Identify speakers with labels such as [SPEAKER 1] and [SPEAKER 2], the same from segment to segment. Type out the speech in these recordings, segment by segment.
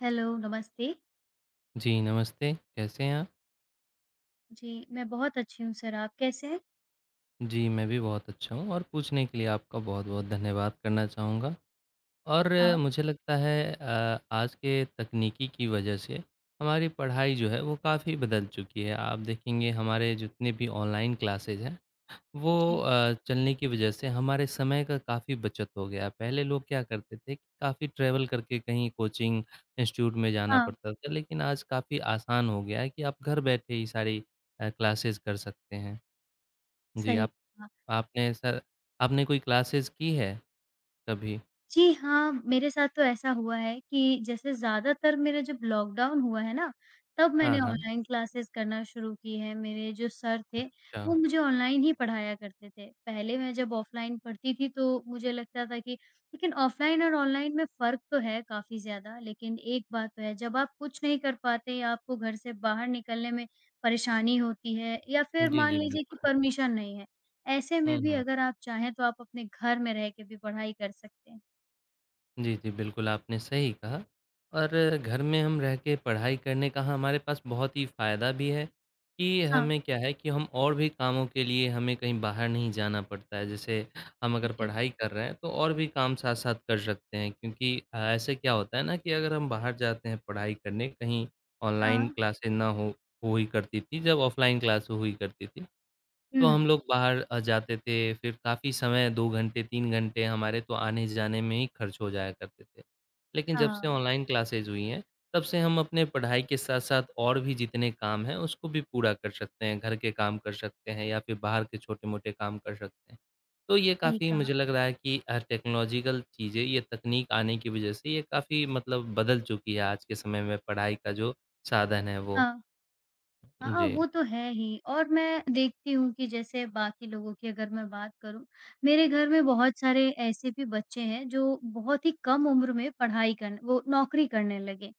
[SPEAKER 1] Hello, नमस्ते।
[SPEAKER 2] जी, नमस्ते, कैसे हैं आप?
[SPEAKER 1] जी, मैं बहुत अच्छी हूँ सर, आप कैसे हैं?
[SPEAKER 2] जी, मैं भी बहुत अच्छा हूँ और पूछने के लिए आपका बहुत-बहुत धन्यवाद करना चाहूँगा और
[SPEAKER 1] हाँ,
[SPEAKER 2] मुझे लगता है आज के तकनीकी की वजह से हमारी पढ़ाई जो है, वो काफ़ी बदल चुकी है। आप देखेंगे हमारे जितने भी ऑनलाइन क्लासेज़ हैं, वो
[SPEAKER 1] जी।
[SPEAKER 2] चलने की वजह से हमारे समय का काफ़ी बचत हो गया। पहले लोग क्या करते थे कि काफ़ी ट्रैवल करके कहीं कोचिंग इंस्टीट्यूट में जाना
[SPEAKER 1] हाँ,
[SPEAKER 2] पड़ता था, लेकिन आज काफ़ी आसान हो गया है कि आप घर बैठे ही सारी क्लासेज़ कर सकते हैं। जी,
[SPEAKER 1] सही।
[SPEAKER 2] आप आपने ऐसा आपने कोई क्लासेस की है कभी?
[SPEAKER 1] जी हाँ, मेरे साथ तो ऐसा हुआ है कि जैसे ज़्यादातर मेरा जब लॉकडाउन हुआ है ना, तब
[SPEAKER 2] हाँ,
[SPEAKER 1] मैंने
[SPEAKER 2] हाँ।
[SPEAKER 1] ऑनलाइन क्लासेस करना शुरू की है। मेरे जो सर थे,
[SPEAKER 2] अच्छा।
[SPEAKER 1] वो मुझे ऑनलाइन ही पढ़ाया करते थे। पहले मैं जब ऑफलाइन पढ़ती थी तो मुझे लगता था कि लेकिन ऑफलाइन और ऑनलाइन में फ़र्क तो है काफ़ी ज़्यादा, लेकिन एक बात तो है जब आप कुछ नहीं कर पाते या आपको घर से बाहर निकलने में परेशानी होती है या फिर
[SPEAKER 2] जी,
[SPEAKER 1] मान
[SPEAKER 2] जी,
[SPEAKER 1] लीजिए कि
[SPEAKER 2] बिल्कुल।
[SPEAKER 1] परमिशन नहीं है, ऐसे
[SPEAKER 2] हुँ,
[SPEAKER 1] में भी
[SPEAKER 2] हुँ।
[SPEAKER 1] अगर आप चाहें तो आप अपने घर में रह के भी पढ़ाई कर सकते हैं।
[SPEAKER 2] जी, जी, बिल्कुल, आपने सही कहा और घर में हम रह के पढ़ाई करने का, हाँ, हमारे पास बहुत ही फ़ायदा भी है कि
[SPEAKER 1] हाँ,
[SPEAKER 2] हमें क्या है कि हम और भी कामों के लिए हमें कहीं बाहर नहीं जाना पड़ता है। जैसे हम अगर
[SPEAKER 1] जी।
[SPEAKER 2] पढ़ाई कर रहे हैं, तो और भी काम साथ-साथ कर सकते हैं क्योंकि ऐसे क्या होता है ना कि अगर हम बाहर जाते हैं पढ़ाई करने, कहीं
[SPEAKER 1] हाँ।
[SPEAKER 2] ऑनलाइन क्लासें ना हो हुई करती थी, जब ऑफ़लाइन क्लास हुई करती थी। तो हम
[SPEAKER 1] हुँ,
[SPEAKER 2] लोग बाहर जाते थे, फिर काफ़ी समय 2 घंटे, 3 घंटे हमारे तो आने-जाने में ही खर्च हो जाया करते थे। लेकिन जब से
[SPEAKER 1] हाँ,
[SPEAKER 2] ऑनलाइन क्लासेज़ हुई हैं, तब से हम अपने पढ़ाई के साथ-साथ और भी जितने काम हैं, उसको भी पूरा कर सकते हैं। घर के काम कर सकते हैं या फिर बाहर के छोटे-मोटे काम कर सकते हैं। तो ये
[SPEAKER 1] सही
[SPEAKER 2] काफ़ी
[SPEAKER 1] कहा।
[SPEAKER 2] मुझे लग रहा है कि टेक्नोलॉजिकल चीज़ें, ये तकनीक आने की वज़ह से ये काफ़ी मतलब बदल चुकी है आज के समय में पढ़ाई का जो साधन है वो।
[SPEAKER 1] हाँ, हाँ,
[SPEAKER 2] जी।
[SPEAKER 1] वो तो है ही और मैं देखती हूँ कि जैसे बाकी लोगों की अगर मैं बात करूँ, मेरे घर में बहुत सारे ऐसे भी बच्चे हैं जो बहुत ही कम उम्र में पढ़ाई करन वो नौकरी करने लगे।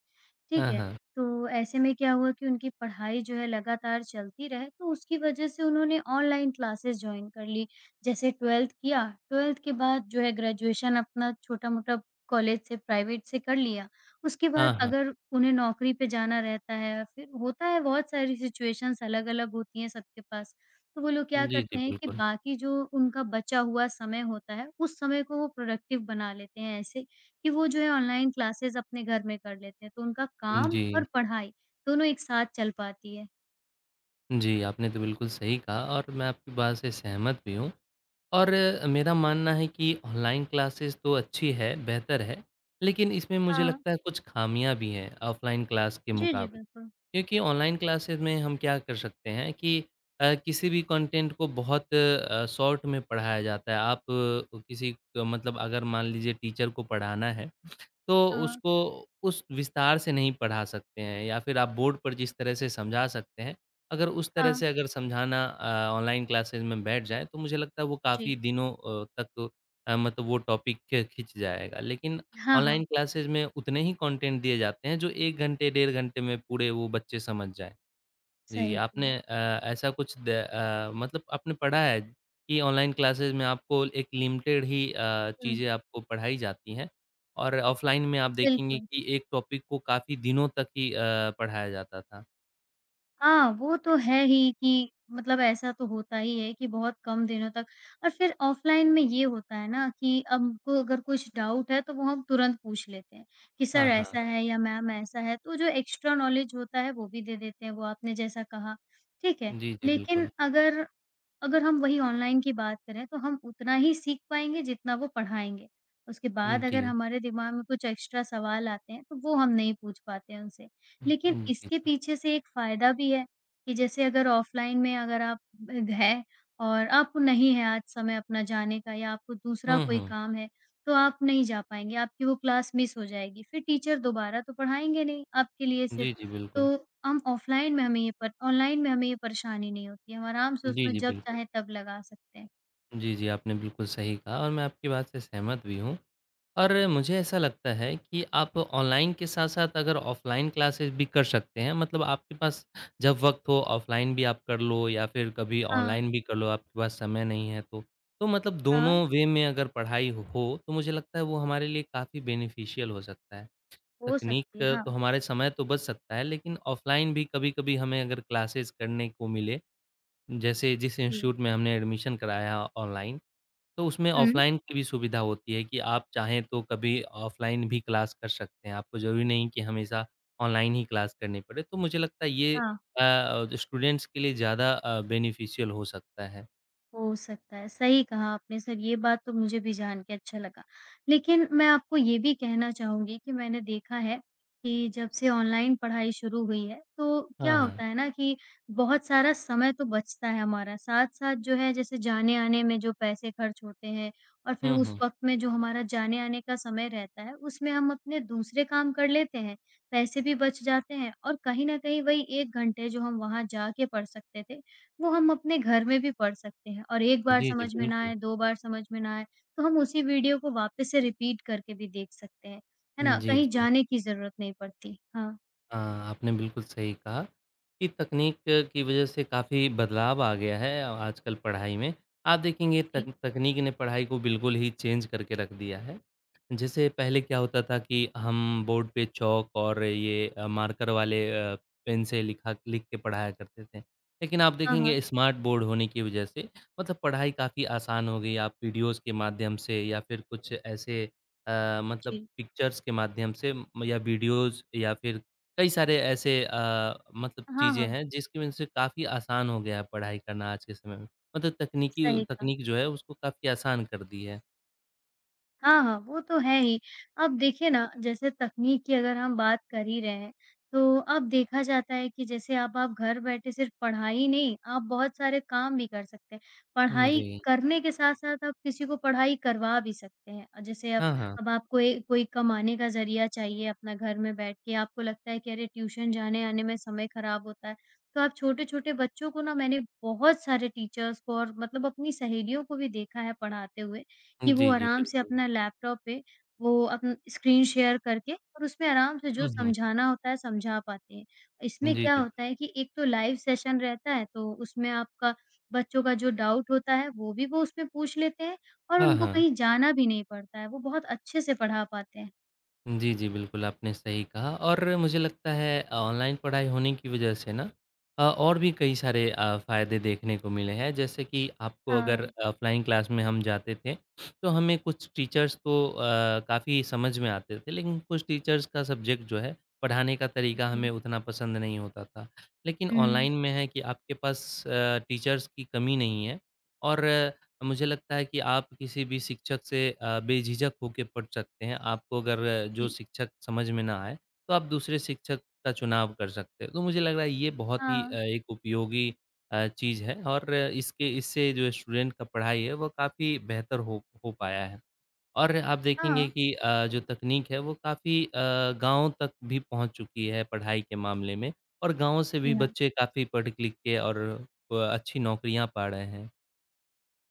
[SPEAKER 1] ठीक
[SPEAKER 2] हाँ,
[SPEAKER 1] है।
[SPEAKER 2] हाँ।
[SPEAKER 1] तो ऐसे में क्या हुआ कि उनकी पढ़ाई जो है लगातार चलती रहे, तो उसकी वज़ह से उन्होंने ऑनलाइन क्लासेस जॉइन कर ली। जैसे 12th किया, 12th के बाद जो है ग्रेजुएशन अपना छोटा-मोटा कॉलेज से, प्राइवेट से कर लिया। उसके
[SPEAKER 2] हाँ,
[SPEAKER 1] बाद
[SPEAKER 2] हाँ।
[SPEAKER 1] अगर उन्हें नौकरी पे जाना रहता है, फिर होता है बहुत सारी सिचुएशंस अलग-अलग होती हैं सबके पास। तो वो लोग क्या
[SPEAKER 2] जी, जी,
[SPEAKER 1] करते हैं कि
[SPEAKER 2] बिल्कुल।
[SPEAKER 1] बाकी जो उनका बचा हुआ समय होता है, उस समय को वो प्रोडक्टिव बना लेते हैं ऐसे कि वो जो है ऑनलाइन क्लासेस अपने घर में कर लेते हैं, तो उनका काम और
[SPEAKER 2] जी,
[SPEAKER 1] पढ़ाई दोनों एक साथ चल पाती है।
[SPEAKER 2] जी, आपने तो बिल्कुल सही कहा और मैं आपकी बात से सहमत भी हूँ और मेरा मानना है कि ऑनलाइन क्लासेस तो अच्छी है, बेहतर है, लेकिन इसमें मुझे
[SPEAKER 1] हाँ।
[SPEAKER 2] लगता है कुछ खामियाँ भी हैं ऑफ़लाइन क्लास के
[SPEAKER 1] जी, जी,
[SPEAKER 2] मुकाबले।
[SPEAKER 1] बिल्कुल।
[SPEAKER 2] क्योंकि ऑनलाइन क्लासेस में हम क्या कर सकते हैं कि किसी भी कंटेंट को बहुत शॉर्ट में पढ़ाया जाता है। आप किसी मतलब अगर मान लीजिए टीचर को पढ़ाना है तो
[SPEAKER 1] हाँ,
[SPEAKER 2] उसको उस विस्तार से नहीं पढ़ा सकते हैं या फिर आप बोर्ड पर जिस तरह से समझा सकते हैं, अगर उस तरह
[SPEAKER 1] हाँ।
[SPEAKER 2] से अगर समझाना ऑनलाइन क्लासेज़ में बैठ जाएँ, तो मुझे लगता है वो काफ़ी
[SPEAKER 1] जी।
[SPEAKER 2] दिनों तक मतलब वो टॉपिक ख खिंच जाएगा। लेकिन
[SPEAKER 1] हाँ,
[SPEAKER 2] ऑनलाइन
[SPEAKER 1] हाँ।
[SPEAKER 2] क्लासेज़ में उतने ही कंटेंट दिए जाते हैं जो 1 घंटे, डेढ़ घंटे में पूरे वो बच्चे समझ जाएँ। जी,
[SPEAKER 1] सही
[SPEAKER 2] आपने
[SPEAKER 1] कहा।
[SPEAKER 2] ऐसा कुछ मतलब आपने पढ़ा है कि ऑनलाइन क्लासेज़ में आपको एक लिमिटेड ही
[SPEAKER 1] हुँ,
[SPEAKER 2] चीज़ें आपको पढ़ाई जाती हैं और ऑफ़लाइन में आप देखेंगे
[SPEAKER 1] बिल्कुल।
[SPEAKER 2] कि एक टॉपिक को काफ़ी दिनों तक ही पढ़ाया जाता था।
[SPEAKER 1] हाँ, वो तो है ही कि मतलब ऐसा तो होता ही है कि बहुत कम दिनों तक और फिर ऑफ़लाइन में ये होता है ना कि हमको अगर कुछ डाउट है तो वो हम तुरंत पूछ लेते हैं, कि
[SPEAKER 2] हाँ,
[SPEAKER 1] सर
[SPEAKER 2] हाँ।
[SPEAKER 1] ऐसा है या मैम ऐसा है, तो जो एक्स्ट्रा नॉलेज होता है वो भी दे देते हैं, वो आपने जैसा कहा, ठीक है।
[SPEAKER 2] जी, जी,
[SPEAKER 1] लेकिन
[SPEAKER 2] बिल्कुल।
[SPEAKER 1] अगर अगर हम वही ऑनलाइन की बात करें तो हम उतना ही सीख पाएँगे जितना वो पढ़ाएँगे। उसके
[SPEAKER 2] हुँ,
[SPEAKER 1] बाद अगर
[SPEAKER 2] जी।
[SPEAKER 1] हमारे दिमाग में कुछ एक्स्ट्रा सवाल आते हैं तो वो हम नहीं पूछ पाते हैं उनसे। लेकिन
[SPEAKER 2] हुँ, जी।
[SPEAKER 1] इसके पीछे से एक फ़ायदा भी है, कि जैसे अगर ऑफ़लाइन में अगर आप ब है और आपको नहीं है आज समय अपना जाने का या आपको दूसरा
[SPEAKER 2] हुँ,
[SPEAKER 1] कोई
[SPEAKER 2] हुँ।
[SPEAKER 1] काम है, तो आप नहीं जा पाएँगे, आपकी वो क्लास मिस हो जाएगी। फिर टीचर दोबारा तो पढ़ाएँगे नहीं, आपके लिए
[SPEAKER 2] जी,
[SPEAKER 1] सिर्फ़।
[SPEAKER 2] जी,
[SPEAKER 1] तो
[SPEAKER 2] बिल्कुल।
[SPEAKER 1] हम ऑफ़लाइन में हमें ये पर ऑनलाइन में हमें ये परेशानी नहीं होती, हम आराम से
[SPEAKER 2] जी,
[SPEAKER 1] उसमें
[SPEAKER 2] जी,
[SPEAKER 1] जब
[SPEAKER 2] बिल्कुल।
[SPEAKER 1] चाहे तब लगा सकते हैं।
[SPEAKER 2] जी, जी, आपने बिल्कुल सही कहा और मैं आपकी बात से सहमत भी हूँ। और मुझे ऐसा लगता है कि आप ऑनलाइन के साथ-साथ अगर ऑफ़लाइन क्लासेस भी कर सकते हैं, मतलब आपके पास जब वक़्त हो ऑफ़लाइन भी आप कर लो या फिर कभी
[SPEAKER 1] हाँ,
[SPEAKER 2] ऑनलाइन भी कर लो, आपके पास समय नहीं है तो। तो मतलब
[SPEAKER 1] हाँ,
[SPEAKER 2] दोनों वे में अगर पढ़ाई हो, तो मुझे लगता है वो हमारे लिए काफ़ी बेनिफिशियल हो सकता है।
[SPEAKER 1] हो
[SPEAKER 2] तकनीक
[SPEAKER 1] सकती है।
[SPEAKER 2] का तो
[SPEAKER 1] हाँ,
[SPEAKER 2] हमारे समय तो बच सकता है, लेकिन ऑफ़लाइन भी कभी-कभी हमें अगर क्लासेस करने को मिले, जैसे जिस
[SPEAKER 1] जी।
[SPEAKER 2] इंस्टीट्यूट में हमने एडमिशन कराया ऑनलाइन, तो उसमें
[SPEAKER 1] हुँ,
[SPEAKER 2] ऑफ़लाइन की भी सुविधा होती है कि आप चाहें तो कभी ऑफ़लाइन भी क्लास कर सकते हैं। आपको ज़रूरी नहीं कि हमेशा ऑनलाइन ही क्लास करनी पड़े। तो मुझे लगता है ये
[SPEAKER 1] हाँ।
[SPEAKER 2] स्टूडेंट्स के लिए ज़्यादा बेनिफिशियल हो सकता है।
[SPEAKER 1] हो सकता है, सही कहा आपने सर ये बात तो मुझे भी जान के अच्छा लगा। लेकिन मैं आपको ये भी कहना चाहूँगी कि मैंने देखा है कि जब से ऑनलाइन पढ़ाई शुरू हुई है, तो क्या
[SPEAKER 2] हाँ, हाँ।
[SPEAKER 1] होता है ना कि बहुत सारा समय तो बचता है हमारा, साथ-साथ जो है जैसे जाने-आने में जो पैसे खर्च होते हैं और फिर
[SPEAKER 2] हुँ,
[SPEAKER 1] उस
[SPEAKER 2] हुँ।
[SPEAKER 1] वक़्त में जो हमारा जाने-आने का समय रहता है, उसमें हम अपने दूसरे काम कर लेते हैं, पैसे भी बच जाते हैं और कहीं न कहीं वही 1 घंटे जो हम वहाँ जाके पढ़ सकते थे, वो हम अपने घर में भी पढ़ सकते हैं और 1 बार
[SPEAKER 2] जी, जी,
[SPEAKER 1] समझ में ना
[SPEAKER 2] बिल्कुल।
[SPEAKER 1] आए, 2 बार समझ में ना आए, तो हम उसी वीडियो को वापस से रिपीट करके भी देख सकते हैं। है ना?
[SPEAKER 2] जी,
[SPEAKER 1] कहीं
[SPEAKER 2] जी।
[SPEAKER 1] जाने की ज़रूरत नहीं पड़ती। हाँ,
[SPEAKER 2] हाँ, आपने बिल्कुल सही कहा कि तकनीक की वजह से काफ़ी बदलाव आ गया है आजकल पढ़ाई में। आप देखेंगे तक
[SPEAKER 1] जी।
[SPEAKER 2] तकनीक ने पढ़ाई को बिल्कुल ही चेंज करके रख दिया है। जैसे पहले क्या होता था कि हम बोर्ड पे चॉक और ये मार्कर वाले पेन से लिख के पढ़ाया करते थे। लेकिन आप
[SPEAKER 1] हाँ,
[SPEAKER 2] देखेंगे
[SPEAKER 1] हाँ।
[SPEAKER 2] स्मार्ट बोर्ड होने की वजह से मतलब पढ़ाई काफ़ी आसान हो गई। आप वीडियोज़ के माध्यम से या फिर कुछ ऐसे मतलब
[SPEAKER 1] जी।
[SPEAKER 2] पिक्चर्स के माध्यम से या वीडियोज़ या फिर कई सारे ऐसे मतलब
[SPEAKER 1] हाँ,
[SPEAKER 2] चीज़ें
[SPEAKER 1] हाँ।
[SPEAKER 2] हैं जिसकी वजह से काफ़ी आसान हो गया है पढ़ाई करना आज के समय में। मतलब तकनीकी
[SPEAKER 1] सही कहा।
[SPEAKER 2] तकनीक जो है उसको काफ़ी आसान कर दी है।
[SPEAKER 1] हाँ, हाँ, वो तो है ही। अब देखिए ना, जैसे तकनीक की अगर हम बात कर ही रहे हैं, तो अब देखा जाता है कि जैसे अब आप घर बैठे सिर्फ़ पढ़ाई ही नहीं, आप बहुत सारे काम भी कर सकते हैं।
[SPEAKER 2] हुँ,
[SPEAKER 1] पढ़ाई
[SPEAKER 2] जी।
[SPEAKER 1] करने के साथ-साथ आप किसी को पढ़ाई करवा भी सकते हैं। जैसे अब
[SPEAKER 2] हाँ, हाँ।
[SPEAKER 1] अब आपको ए कोई कमाने का ज़रिया चाहिए अपना घर में बैठ के, आपको लगता है कि अरे! ट्यूशन जाने-आने में समय ख़राब होता है, तो आप छोटे-छोटे बच्चों को ना मैंने बहुत सारे टीचर्स को और मतलब अपनी सहेलियों को भी देखा है पढ़ाते हुए। कि वो
[SPEAKER 2] जी, जी,
[SPEAKER 1] आराम से
[SPEAKER 2] बिल्कुल।
[SPEAKER 1] अपना लैपटॉप पे वो अपन स्क्रीन शेयर करके और उसमें आराम से जो
[SPEAKER 2] हुँ, हुँ।
[SPEAKER 1] समझाना होता है समझा पाते हैं। इसमें
[SPEAKER 2] जी,
[SPEAKER 1] क्या
[SPEAKER 2] जी।
[SPEAKER 1] होता है कि एक तो लाइव सेशन रहता है तो उसमें आपका बच्चों का जो डाउट होता है वो भी वो उसमें पूछ लेते हैं और
[SPEAKER 2] हाँ,
[SPEAKER 1] उनको
[SPEAKER 2] हाँ।
[SPEAKER 1] कहीं जाना भी नहीं पड़ता है, वो बहुत अच्छे से पढ़ा पाते हैं।
[SPEAKER 2] जी, जी, बिल्कुल, आपने सही कहा और मुझे लगता है ऑनलाइन पढ़ाई होने की वजह से ना और भी कई सारे फ़ायदे देखने को मिले हैं। जैसे कि आपको अगर
[SPEAKER 1] हाँ।
[SPEAKER 2] ऑफ़लाइन क्लास में हम जाते थे, तो हमें कुछ टीचर्स तो काफ़ी समझ में आते थे, लेकिन कुछ टीचर्स का सब्जेक्ट जो है, पढ़ाने का तरीका हमें
[SPEAKER 1] जी।
[SPEAKER 2] उतना पसंद नहीं होता था। लेकिन
[SPEAKER 1] हुँ।
[SPEAKER 2] ऑनलाइन में है कि आपके पास टीचर्स की कमी नहीं है और मुझे लगता है कि आप किसी भी शिक्षक से बेझिझक होके पढ़ सकते हैं। आपको अगर जो
[SPEAKER 1] जी।
[SPEAKER 2] शिक्षक समझ में ना आए, तो आप दूसरे शिक्षक का चुनाव कर सकते हैं। तो मुझे लग रहा है ये बहुत ही
[SPEAKER 1] हाँ।
[SPEAKER 2] एक उपयोगी चीज़ है और इसके इससे जो स्टूडेंट का पढ़ाई है, वो काफ़ी बेहतर हो पाया है। और आप देखेंगे
[SPEAKER 1] हाँ।
[SPEAKER 2] कि जो तकनीक है, वो काफ़ी गाँव तक भी पहुँच चुकी है पढ़ाई के मामले में और गाँव से भी
[SPEAKER 1] जी, हाँ।
[SPEAKER 2] बच्चे काफ़ी पढ़ लिख के और अच्छी नौकरियाँ पा रहे हैं।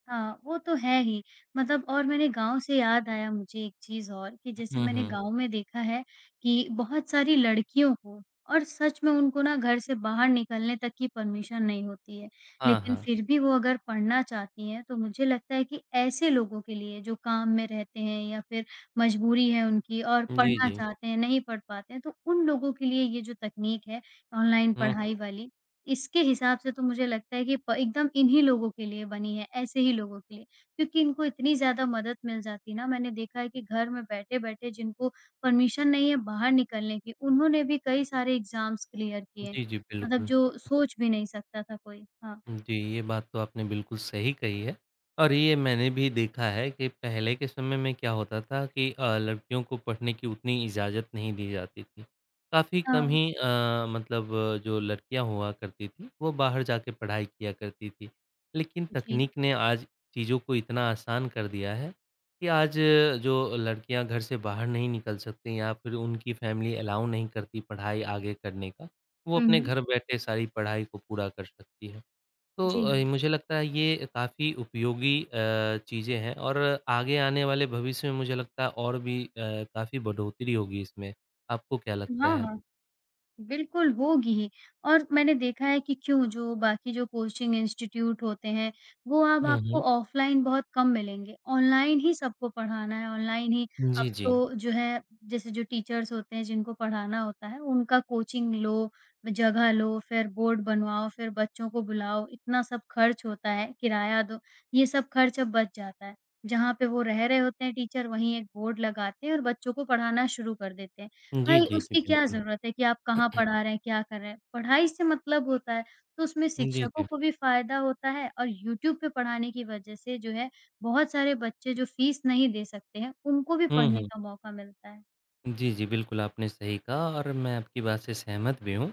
[SPEAKER 1] हाँ, वो तो है ही। मतलब और मैंने गाँव से याद आया मुझे एक चीज़ और कि जैसे
[SPEAKER 2] हुँ,
[SPEAKER 1] मैंने हुँ।
[SPEAKER 2] हुँ।
[SPEAKER 1] गाँव में देखा है कि बहुत सारी लड़कियों को और सच में उनको ना घर से बाहर निकलने तक की परमिशन नहीं होती है।
[SPEAKER 2] हाँ,
[SPEAKER 1] लेकिन
[SPEAKER 2] हाँ।
[SPEAKER 1] फिर भी वो अगर पढ़ना चाहती हैं, तो मुझे लगता है कि ऐसे लोगों के लिए जो काम में रहते हैं या फिर मजबूरी है उनकी और
[SPEAKER 2] जी,
[SPEAKER 1] पढ़ना हुँ।
[SPEAKER 2] जी।
[SPEAKER 1] चाहते हैं, नहीं पढ़ पाते हैं, तो उन लोगों के लिए ये जो तकनीक है ऑनलाइन
[SPEAKER 2] हुँ,
[SPEAKER 1] पढ़ाई वाली इसके हिसाब से तो मुझे लगता है कि प एकदम इन्हीं लोगों के लिए बनी है, ऐसे ही लोगों के लिए। क्योंकि इनको इतनी ज़्यादा मदद मिल जाती है ना, मैंने देखा है कि घर में बैठे-बैठे जिनको परमिशन नहीं है बाहर निकलने की, उन्होंने भी कई सारे एग्ज़ाम्स क्लियर किए।
[SPEAKER 2] जी, जी,
[SPEAKER 1] मतलब
[SPEAKER 2] बिल्कुल।
[SPEAKER 1] जो सोच भी नहीं सकता था कोई। हाँ।
[SPEAKER 2] जी, ये बात तो आपने बिल्कुल सही कही है और ये मैंने भी देखा है कि पहले के समय में क्या होता था कि लड़कियों को पढ़ने की उतनी इजाज़त नहीं दी जाती थी। काफ़ी कम
[SPEAKER 1] हाँ।
[SPEAKER 2] ही मतलब जो लड़कियाँ हुआ करती थीं, वो बाहर जाके पढ़ाई किया करती थीं। लेकिन
[SPEAKER 1] जी।
[SPEAKER 2] तकनीक ने आज चीज़ों को इतना आसान कर दिया है कि आज जो लड़कियाँ घर से बाहर नहीं निकल सकती या फिर उनकी फ़ैमिली अलाउ नहीं करती पढ़ाई आगे करने का, वो
[SPEAKER 1] हुँ,
[SPEAKER 2] अपने
[SPEAKER 1] हुँ।
[SPEAKER 2] घर बैठे सारी पढ़ाई को पूरा कर सकती है। तो
[SPEAKER 1] जी, हाँ।
[SPEAKER 2] मुझे लगता है ये काफ़ी उपयोगी चीज़ें हैं और आगे आने वाले भविष्य में मुझे लगता है और भी काफ़ी बढ़ोतरी होगी इसमें। आपको क्या लगता
[SPEAKER 1] हाँ,
[SPEAKER 2] है?
[SPEAKER 1] हाँ। बिल्कुल, होगी ही और मैंने देखा है कि क्यों जो बाकी जो कोचिंग इंस्टीट्यूट होते हैं, वो अब
[SPEAKER 2] हुँ, हुँ।
[SPEAKER 1] आपको ऑफ़लाइन बहुत कम मिलेंगे। ऑनलाइन ही सबको पढ़ाना है, ऑनलाइन ही
[SPEAKER 2] जी,
[SPEAKER 1] अब
[SPEAKER 2] जी।
[SPEAKER 1] तो जो है जैसे जो टीचर्स होते हैं जिनको पढ़ाना होता है, उनका कोचिंग लो, जगह लो, फिर बोर्ड बनवाओ, फिर बच्चों को बुलाओ, इतना सब खर्च होता है, किराया दो, ये सब खर्च अब बच जाता है। जहाँ पे वो रह रहे होते हैं टीचर, वहीं एक बोर्ड लगाते हैं और बच्चों को पढ़ाना शुरू कर देते हैं।
[SPEAKER 2] जी,
[SPEAKER 1] भाई
[SPEAKER 2] जी, जी,
[SPEAKER 1] उसकी क्या
[SPEAKER 2] बिल्कुल।
[SPEAKER 1] ज़रूरत है कि आप कहाँ पढ़ा रहे हैं, क्या कर रहे हैं? पढ़ाई से मतलब होता है, तो उसमें
[SPEAKER 2] जी,
[SPEAKER 1] शिक्षकों
[SPEAKER 2] जी।
[SPEAKER 1] को भी फ़ायदा होता है और यूट्यूब पे पढ़ाने की वज़ह से जो है बहुत सारे बच्चे जो फ़ीस नहीं दे सकते हैं, उनको भी
[SPEAKER 2] हुँ,
[SPEAKER 1] पढ़ने
[SPEAKER 2] हुँ।
[SPEAKER 1] का मौका मिलता है।
[SPEAKER 2] जी, जी, बिल्कुल आपने सही कहा और मैं आपकी बात से सहमत भी हूँ।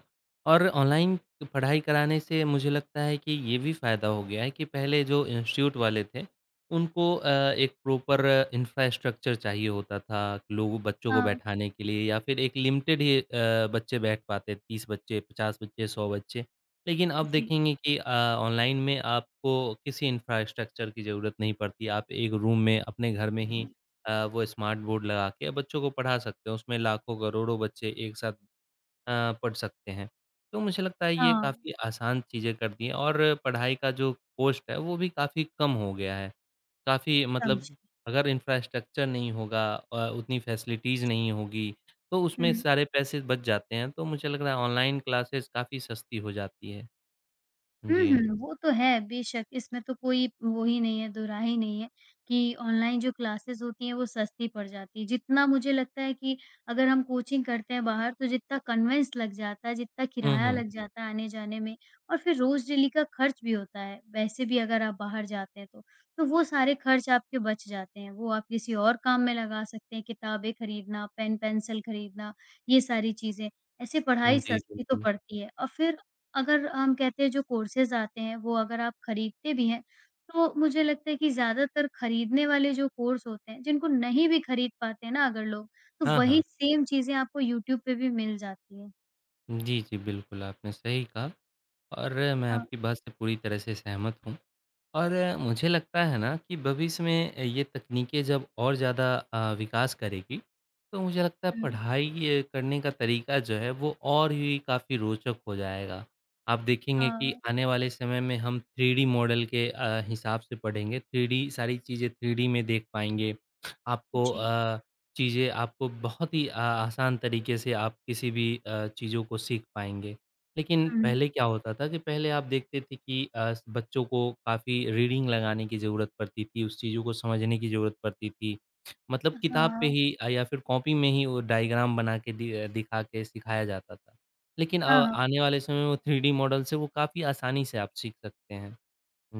[SPEAKER 2] और ऑनलाइन पढ़ाई कराने से मुझे लगता है कि ये भी फ़ायदा हो गया है कि पहले जो इंस्टीट्यूट वाले थे, उनको एक प्रॉपर इंफ्रास्ट्रक्चर चाहिए होता था, लोगों बच्चों को
[SPEAKER 1] हाँ,
[SPEAKER 2] बैठाने के लिए या फिर एक लिमिटेड ही बच्चे बैठ पाते, 30 बच्चे, 50 बच्चे, 100 बच्चे। लेकिन अब
[SPEAKER 1] जी।
[SPEAKER 2] देखेंगे कि ऑनलाइन में आपको किसी इंफ्रास्ट्रक्चर की ज़रूरत नहीं पड़ती, आप एक रूम में अपने घर में ही वो स्मार्ट बोर्ड लगा के बच्चों को पढ़ा सकते हैं। उसमें लाखों करोड़ों बच्चे एक साथ पढ़ सकते हैं। तो मुझे लगता है ये
[SPEAKER 1] हाँ,
[SPEAKER 2] काफ़ी आसान चीज़ें कर दी हैं और पढ़ाई का जो कॉस्ट है वो भी काफ़ी कम हो गया है। काफ़ी मतलब
[SPEAKER 1] समझी।
[SPEAKER 2] अगर इंफ्रास्ट्रक्चर नहीं होगा, उतनी फैसिलिटीज़
[SPEAKER 1] जी।
[SPEAKER 2] नहीं होगी तो उसमें
[SPEAKER 1] हुँ।
[SPEAKER 2] सारे पैसे बच जाते हैं। तो मुझे लग रहा है ऑनलाइन क्लासेस काफ़ी सस्ती हो जाती है।
[SPEAKER 1] हुँ,
[SPEAKER 2] जी।
[SPEAKER 1] हुँ। वो तो है, बेशक इसमें तो कोई वो ही नहीं है, दोराहे ही नहीं है कि ऑनलाइन जो क्लासेस होती हैं, वो सस्ती पड़ जाती है। जितना मुझे लगता है कि अगर हम कोचिंग करते हैं बाहर, तो जितना कन्वेंस लग जाता है, जितना
[SPEAKER 2] हुँ,
[SPEAKER 1] किराया
[SPEAKER 2] हुँ।
[SPEAKER 1] लग, जी, जाता है आने-जाने में और फिर रोज़ डेली का खर्च भी होता है, वैसे भी अगर आप बाहर जाते हैं तो। तो वो सारे खर्च आपके बच जाते हैं, वो आप किसी और काम में लगा सकते हैं, किताबें खरीदना, पेन-पेंसिल खरीदना, ये सारी चीज़ें। ऐसे पढ़ाई
[SPEAKER 2] जी,
[SPEAKER 1] सस्ती तो
[SPEAKER 2] बिल्कुल।
[SPEAKER 1] पड़ती है और फिर अगर हम कहते हैं जो कोर्सेज़ आते हैं वो अगर आप खरीदते भी हैं, तो मुझे लगता है कि ज़्यादातर खरीदने वाले जो कोर्स होते हैं, जिनको नहीं भी खरीद पाते हैं ना अगर लोग, तो
[SPEAKER 2] हाँ,
[SPEAKER 1] वही
[SPEAKER 2] हाँ।
[SPEAKER 1] सेम चीज़ें आपको यूट्यूब पे भी मिल जाती हैं।
[SPEAKER 2] जी, जी, बिल्कुल आपने सही कहा। और मैं
[SPEAKER 1] हाँ,
[SPEAKER 2] आपकी बात से पूरी तरह से सहमत हूँ और मुझे लगता है ना कि भविष्य में ये तकनीकें जब और ज़्यादा विकास करेगी तो मुझे लगता है
[SPEAKER 1] हुँ।
[SPEAKER 2] पढ़ाई करने का तरीका जो है वो और ही काफ़ी रोचक हो जाएगा। आप देखेंगे कि
[SPEAKER 1] हाँ,
[SPEAKER 2] आने वाले समय में हम थ्री डी मॉडल के हिसाब से पढ़ेंगे, थ्री डी सारी चीज़ें थ्री डी में देख पाएँगे। आपको
[SPEAKER 1] जी।
[SPEAKER 2] चीज़ें आपको बहुत ही आसान तरीके से आप किसी भी चीज़ों को सीख पाएँगे। लेकिन
[SPEAKER 1] हुँ।
[SPEAKER 2] पहले क्या होता था कि पहले आप देखते थे कि बच्चों को काफ़ी रीडिंग लगाने की ज़रूरत पड़ती थी, उस चीज़ों को समझने की ज़रूरत पड़ती थी। मतलब किताब पे
[SPEAKER 1] हाँ।
[SPEAKER 2] ही या फिर कॉपी में ही वो डायग्राम बना के दिखा के सिखाया जाता था। लेकिन
[SPEAKER 1] हाँ, हाँ।
[SPEAKER 2] आने वाले समय में वो 3D मॉडल से वो काफ़ी आसानी से आप सीख सकते हैं।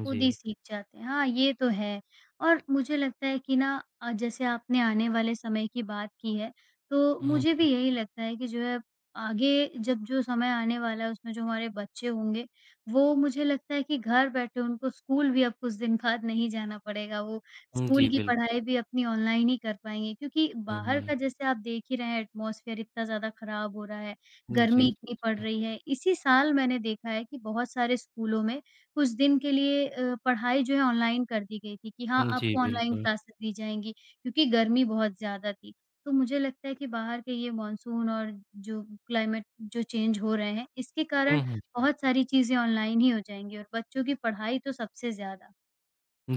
[SPEAKER 1] खुद ही
[SPEAKER 2] जी।
[SPEAKER 1] सीख जाते हैं। हाँ, ये तो है और मुझे लगता है कि ना जैसे आपने आने वाले समय की बात की है, तो
[SPEAKER 2] हुँ,
[SPEAKER 1] मुझे भी यही लगता है कि जो है आगे जब जो समय आने वाला है उसमें जो हमारे बच्चे होंगे, वो मुझे लगता है कि घर बैठे उनको स्कूल भी अब कुछ दिन बाद नहीं जाना पड़ेगा। वो
[SPEAKER 2] हुँ।
[SPEAKER 1] स्कूल
[SPEAKER 2] जी,
[SPEAKER 1] की
[SPEAKER 2] बिल्कुल।
[SPEAKER 1] पढ़ाई भी अपनी ऑनलाइन ही कर पाएँगे क्योंकि
[SPEAKER 2] हुँ,
[SPEAKER 1] बाहर
[SPEAKER 2] हुँ।
[SPEAKER 1] का जैसे आप देख ही रहे हैं एटमॉस्फेयर इतना ज़्यादा ख़राब हो रहा है,
[SPEAKER 2] जी,
[SPEAKER 1] गर्मी
[SPEAKER 2] जी।
[SPEAKER 1] इतनी पड़ रही है। इसी साल मैंने देखा है कि बहुत सारे स्कूलों में कुछ दिन के लिए पढ़ाई जो है ऑनलाइन कर दी गई थी कि हाँ,
[SPEAKER 2] जी,
[SPEAKER 1] आपको ऑनलाइन
[SPEAKER 2] बिल्कुल।
[SPEAKER 1] क्लासेस दी जाएँगी क्योंकि गर्मी बहुत ज़्यादा थी। तो मुझे लगता है कि बाहर के ये मानसून और जो क्लाइमेट जो चेंज हो रहे हैं, इसके
[SPEAKER 2] हुँ,
[SPEAKER 1] कारण
[SPEAKER 2] हुँ।
[SPEAKER 1] बहुत सारी चीज़ें ऑनलाइन ही हो जाएँगी और बच्चों की पढ़ाई तो सबसे ज़्यादा।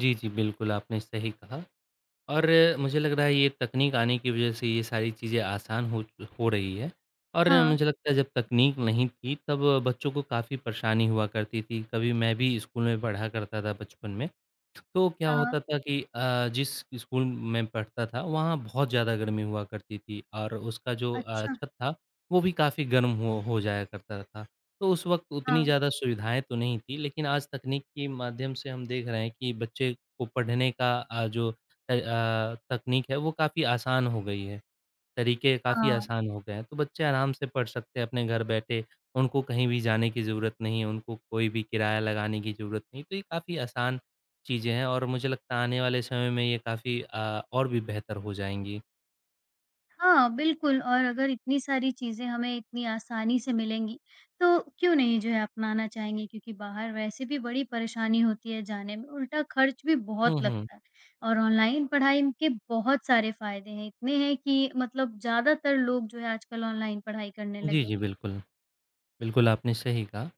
[SPEAKER 2] जी, जी, बिल्कुल आपने सही कहा। और मुझे लग रहा है ये तकनीक आने की वज़ह से ये सारी चीज़ें आसान हो रही है और
[SPEAKER 1] हाँ,
[SPEAKER 2] मुझे लगता है जब तकनीक नहीं थी तब बच्चों को काफ़ी परेशानी हुआ करती थी। कभी मैं भी स्कूल में पढ़ा करता था बचपन में, तो क्या
[SPEAKER 1] हाँ,
[SPEAKER 2] होता था कि जिस स्कूल में पढ़ता था वहाँ बहुत ज़्यादा गर्मी हुआ करती थी और उसका जो
[SPEAKER 1] अच्छा,
[SPEAKER 2] छत था वो भी काफ़ी गर्म हो जाया करता था। तो उस वक़्त उतनी
[SPEAKER 1] हाँ,
[SPEAKER 2] ज़्यादा सुविधाएँ तो नहीं थी लेकिन आज तकनीक के माध्यम से हम देख रहे हैं कि बच्चे को पढ़ने का जो तकनीक है वो काफ़ी आसान हो गई है, तरीके काफ़ी
[SPEAKER 1] हाँ।
[SPEAKER 2] आसान हो गए हैं, तो बच्चे आराम से पढ़ सकते हैं अपने घर बैठे, उनको कहीं भी जाने की ज़रूरत नहीं है, उनको कोई भी किराया लगाने की ज़रूरत नहीं, तो ये काफ़ी आसान चीज़ें हैं और मुझे लगता है आने वाले समय में ये काफ़ी और भी बेहतर हो जाएँगी।
[SPEAKER 1] हाँ, बिल्कुल और अगर इतनी सारी चीज़ें हमें इतनी आसानी से मिलेंगी, तो क्यों नहीं जो है अपनाना चाहेंगे क्योंकि बाहर वैसे भी बड़ी परेशानी होती है जाने में, उल्टा खर्च भी बहुत
[SPEAKER 2] हुँ, हुँ।
[SPEAKER 1] लगता है और ऑनलाइन पढ़ाई के बहुत सारे फ़ायदे हैं, इतने हैं कि मतलब ज़्यादातर लोग जो है आजकल ऑनलाइन पढ़ाई करने
[SPEAKER 2] जी,
[SPEAKER 1] लगे
[SPEAKER 2] जी,
[SPEAKER 1] हैं।
[SPEAKER 2] बिल्कुल। बिल्कुल, आपने सही कहा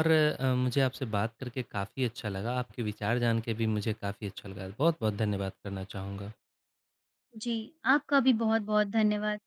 [SPEAKER 2] और मुझे आपसे बात करके काफ़ी अच्छा लगा, आपके विचार जान के भी मुझे काफ़ी अच्छा लगा। बहुत-बहुत धन्यवाद करना चाहूँगा।
[SPEAKER 1] जी, आपका भी बहुत-बहुत धन्यवाद।